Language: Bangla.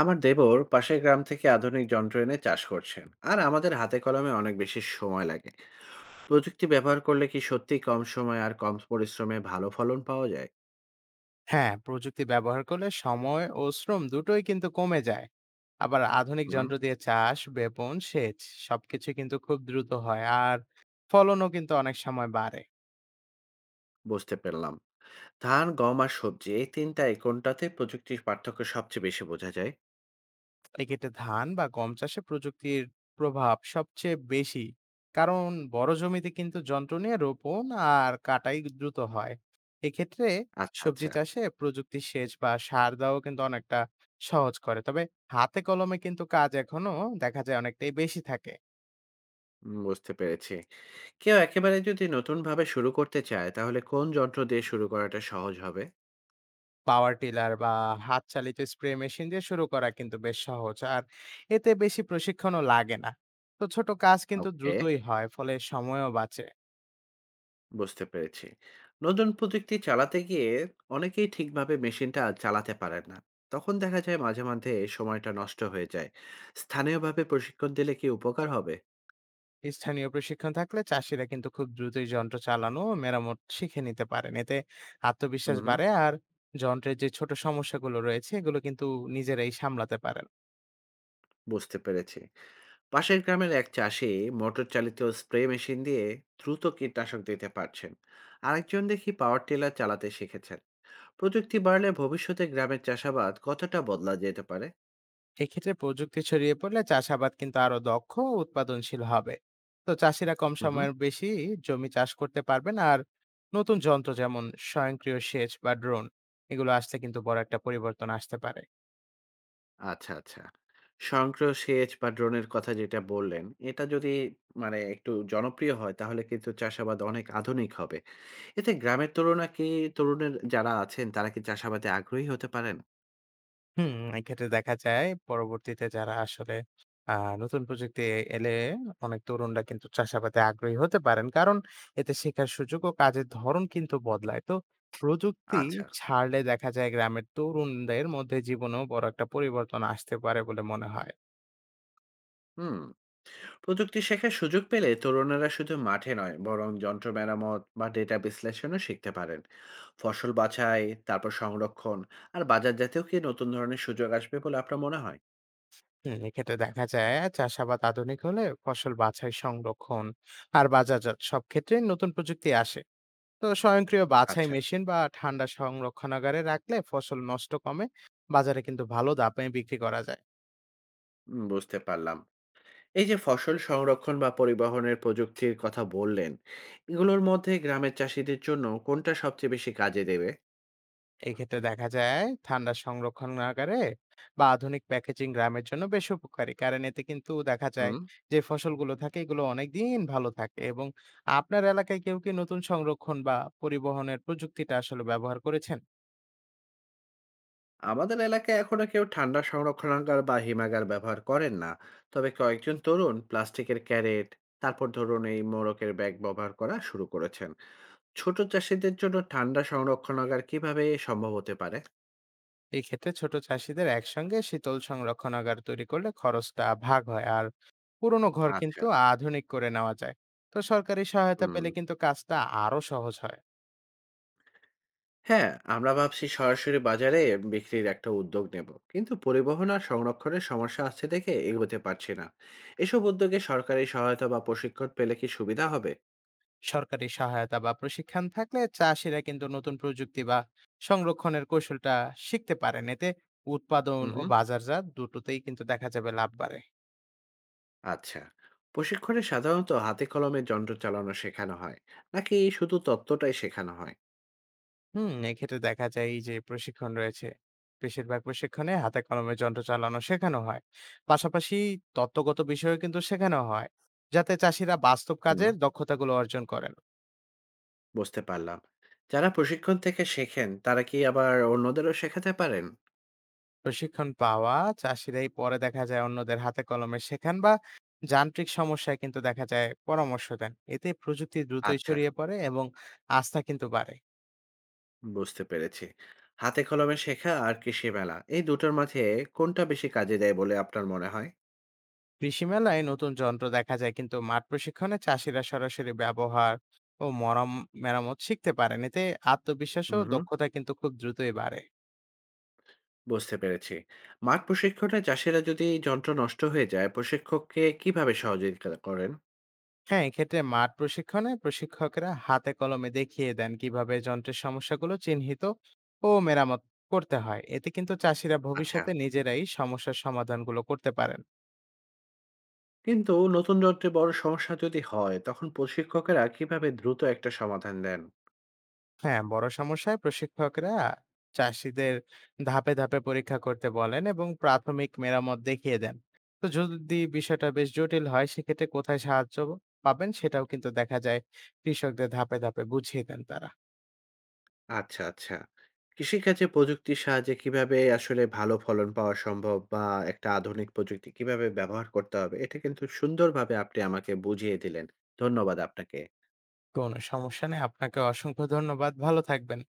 আমার দেবর পাশের গ্রাম থেকে আধুনিক যন্ত্র এনে চাষ করছেন, আর আমাদের হাতে কলমে অনেক বেশি সময় লাগে। প্রযুক্তি ব্যবহার করলে কি সত্যি কম সময় আর কম পরিশ্রমে ভালো ফলন পাওয়া যায়? হ্যাঁ, প্রযুক্তি ব্যবহার করলে সময় ও শ্রম দুটোই কিন্তু কমে যায়। আবার আধুনিক হুম, যন্ত্র দিয়ে চাষ, বেপন, সেচ সবকিছু কিন্তু খুব দ্রুত হয় আর ফলনও কিন্তু অনেক সময় বাড়ে। বুঝতে পারলাম। ধান, গম আর সবজি এই তিনটায় কোনটাতে প্রযুক্তির পার্থক্য সবচেয়ে বেশি বোঝা যায়? এক্ষেত্রে ধান বা গম চাষে প্রযুক্তির প্রভাব সবচেয়ে বেশি, কারণ বড় জমিতে কিন্তু যন্ত্র নিয়ে রোপণ আর কাটাই দ্রুত হয়। এক্ষেত্রে আচ্ছা, সবজি আচ্ছা। চাষে প্রযুক্তি, সেচ বা সার দেওয়াও কিন্তু অনেকটা সহজ করে, তবে হাতে কলমে কিন্তু কাজ এখনো দেখা যায় অনেকটাই বেশি থাকে। হুম, বুঝতে পেরেছি। কেউ একেবারে যদি নতুন ভাবে শুরু করতে চায়, তাহলে কোন যন্ত্র দিয়ে শুরু করাটা সহজ হবে? পাওয়ার টিলার বা হাত চালিত স্প্রে মেশিন দিয়ে শুরু করা কিন্তু বেশ সহজ, আর এতে বেশি প্রশিক্ষণও লাগে না। তো ছোট কাজ কিন্তু ওকে, দ্রুতই হয়, ফলে সময়ও বাঁচে। বুঝতে পেরেছি। নতুন প্রযুক্তি চালাতে গিয়ে অনেকেই ঠিকভাবে মেশিনটা চালাতে পারেন না। তখন দেখা যায় মাঝে, মাঝে সময়টা নষ্ট হয়ে যায়। স্থানীয়ভাবে প্রশিক্ষণ দিলে কি উপকার হবে? স্থানীয় প্রশিক্ষণ থাকলে চাষিরা কিন্তু খুব দ্রুতই যন্ত্র চালানো ও মেরামত শিখে নিতে পারেন, এতে হুম, আত্মবিশ্বাস হুম। বাড়ে আর যন্ত্রের যে ছোট সমস্যাগুলো রয়েছে এগুলো কিন্তু নিজেরাই সামলাতে পারেন। বুঝতে পেরেছি। পাশের গ্রামের এক চাষি মোটর চালিত স্প্রে মেশিন দিয়ে দ্রুত কীটনাশক দিতে পারছেন। আরেকজন দেখি পাওয়ার টিলার চালাতে শিখেছেন। প্রযুক্তি বাড়লে ভবিষ্যতে গ্রামের চাষাবাদ কতটা বদলা যেতে পারে? এক্ষেত্রে প্রযুক্তি ছড়িয়ে পড়লে চাষাবাদ কিন্তু আরো দক্ষ ও উৎপাদনশীল হবে। তো চাষিরা কম হুম। সময়ের বেশি জমি চাষ করতে পারবেন, আর নতুন যন্ত্র যেমন স্বয়ংক্রিয় সেচ বা ড্রোন এগুলো আসতে কিন্তু বড় একটা পরিবর্তন আসতে পারে। আচ্ছা, আচ্ছা। স্বয়ংক্রিয় সেচ বা ড্রোনের কথা যেটা বললেন, এটা যদি একটু জনপ্রিয় হয় তাহলে কিন্তু চাষাবাদ অনেক আধুনিক হবে। এতে গ্রামের তরুণা কি তরুণের যারা আছেন তারা কি চাষাবাদে আগ্রহী হতে পারেন? হুম, এক্ষেত্রে দেখা যায় পরবর্তীতে যারা আসলে আ নতুন প্রযুক্তি এলে অনেক তরুণরা কিন্তু চাষাবাদে আগ্রহী হতে পারেন। কারণ এতে শেখার সুযোগ ও কাজের ধরন কিন্তু বদলায়। তো প্রযুক্তি আচ্ছা। ছাড়লে দেখা যায় গ্রামের তরুণদের মধ্যে জীবনেও বড় একটা পরিবর্তন আসতে পারে বলে মনে হয়। হুম। প্রযুক্তি শেখার সুযোগ পেলে তরুণেরা শুধু মাঠে নয়, বরং যন্ত্র মেরামত বা ডেটা বিশ্লেষণও শিখতে পারেন। ফসল বাছাই, তারপর সংরক্ষণ আর বাজারজাতেও কি নতুন ধরনের সুযোগ আসবে বলে আপনার মনে হয়? হুম, এক্ষেত্রে দেখা যায় চাষাবাদ আধুনিক হলে ফসল বাছাই, সংরক্ষণ আর বাজারজাত সব ক্ষেত্রেই নতুন প্রযুক্তি আসে। তো স্বয়ংক্রিয় বাছাই আচ্ছা, মেশিন বা ঠান্ডা সংরক্ষণাগারে রাখলে ফসল নষ্ট কমে, বাজারে কিন্তু ভালো দামে বিক্রি করা যায়। উম বুঝতে পারলাম। এই যে ফসল সংরক্ষণ বা পরিবহনের প্রযুক্তির কথা বললেন, এগুলোর মধ্যে গ্রামের চাষীদের জন্য কোনটা সবচেয়ে বেশি কাজে দেবে? এক্ষেত্রে দেখা যায় ঠান্ডা সংরক্ষণাগারে বা আধুনিক প্যাকেজিং গ্রামের জন্য বেশ উপকারী, কারণ এতে কিন্তু দেখা যায় হুম। যে ফসলগুলো থাকে এগুলো অনেক দিন ভালো থাকে। এবং আপনার এলাকায় কেউ কি নতুন সংরক্ষণ বা পরিবহনের প্রযুক্তিটা আসলে ব্যবহার করেছেন? আমাদের এলাকায় এখনো কেউ ঠান্ডা সংরক্ষণাগার বা হিমাগার ব্যবহার করেন না। তবে কয়েকজন তরুণ প্লাস্টিকের ক্যারেট, তারপর ধরুন এই মোড়কের ব্যাগ ব্যবহার করা শুরু করেছেন। ছোট চাষীদের জন্য ঠান্ডা সংরক্ষণাগার কিভাবে সম্ভব হতে পারে? এক্ষেত্রে ছোট চাষিদের একসঙ্গে শীতল সংরক্ষণাগার তৈরি করলে খরচটা ভাগ হয়, আর পুরোনো ঘর আচ্ছা। কিন্তু আধুনিক করে নেওয়া যায়। তো সরকারি সহায়তা হুম। পেলে কিন্তু কাজটা আরো সহজ হয়। হ্যাঁ, আমরা ভাবছি সরাসরি বাজারে বিক্রির একটা উদ্যোগ নেব। কিন্তু পরিবহন আর সংরক্ষণের সমস্যা আছে দেখে এগোতে পারছি না। এসব উদ্যোগে সরকারি সহায়তা বা প্রশিক্ষণ পেলে কি সুবিধা হবে? সরকারি সহায়তা বা প্রশিক্ষণ থাকলে চাষিরা কিন্তু নতুন প্রযুক্তি বা সংরক্ষণের কৌশলটা শিখতে পারেন, এতে উৎপাদন হুম, ও হুম। বাজারজাত দুটোতেই কিন্তু দেখা যাবে লাভ বাড়ে। আচ্ছা, প্রশিক্ষণে সাধারণত হাতে কলমে যন্ত্র চালানো শেখানো হয়, নাকি শুধু তত্ত্বটাই শেখানো হয়? হুম, এক্ষেত্রে দেখা যায় এই যে প্রশিক্ষণ রয়েছে, বেশিরভাগ প্রশিক্ষণে হাতে কলমে যন্ত্র চালানো শেখানো হয়। পাশাপাশি তত্ত্বগত বিষয়ও কিন্তু শেখানো হয়, যাতে চাষিরা বাস্তব হুম। কাজের দক্ষতাগুলো অর্জন করেন। বুঝতে পারলাম। যারা প্রশিক্ষণ থেকে শেখেন তারা কি আবার অন্যদেরও শেখাতে পারেন? প্রশিক্ষণ পাওয়া চাষিরাই পরে দেখা যায় অন্যদের হাতে কলমে শেখান বা যান্ত্রিক সমস্যায় কিন্তু দেখা যায় পরামর্শ দেন। এতে প্রযুক্তি দ্রুতই আচ্ছা, ছড়িয়ে পড়ে এবং আস্থা কিন্তু বাড়ে। বুঝতে পেরেছি। হাতে কলমে শেখা আর কৃষি মেলা এই দুটোর মাঝে কোনটা বেশি কাজে দেয় বলে আপনার মনে হয়? কৃষি মেলায় নতুন যন্ত্র দেখা যায়, কিন্তু মাঠ প্রশিক্ষণে চাষিরা সরাসরি ব্যবহার ও মেরামত শিখতে পারেন, এতে আত্মবিশ্বাস ও হুম, হুম। দক্ষতা কিন্তু খুব দ্রুতই বাড়ে। বুঝতে পেরেছি। মাঠ প্রশিক্ষণে চাষিরা যদি যন্ত্র নষ্ট হয়ে যায় প্রশিক্ষককে কিভাবে সহযোগিতা করেন? হ্যাঁ, এক্ষেত্রে মাঠ প্রশিক্ষণে প্রশিক্ষকেরা হাতে কলমে দেখিয়ে দেন কিভাবে যন্ত্রের সমস্যাগুলো চিহ্নিত ও মেরামত করতে হয়, এতে কিন্তু চাষিরা আচ্ছা। ভবিষ্যতে নিজেরাই সমস্যার সমাধানগুলো করতে পারেন। কিন্তু নতুন যন্ত্রে বড় সমস্যা যদি হয় তখন প্রশিক্ষকেরা কিভাবে দ্রুত একটা সমাধান দেন? হ্যাঁ, বড় সমস্যায় প্রশিক্ষকরা চাষীদের ধাপে ধাপে পরীক্ষা করতে বলেন এবং প্রাথমিক মেরামত দেখিয়ে দেন। তো যদি বিষয়টা বেশ জটিল হয় সেক্ষেত্রে কোথায় সাহায্য পাবেন সেটাও কিন্তু দেখা যায় কৃষকদের ধাপে ধাপে বুঝিয়ে দেন তারা। আচ্ছা, আচ্ছা। কৃষিকাজে প্রযুক্তির সাহায্যে কিভাবে আসলে ভালো ফলন পাওয়া সম্ভব, বা একটা আধুনিক প্রযুক্তি কিভাবে ব্যবহার করতে হবে, এটা কিন্তু সুন্দরভাবে আপনি আমাকে বুঝিয়ে দিলেন। ধন্যবাদ আপনাকে। কোনো সমস্যা নেই। আপনাকে অসংখ্য ধন্যবাদ। ভালো থাকবেন।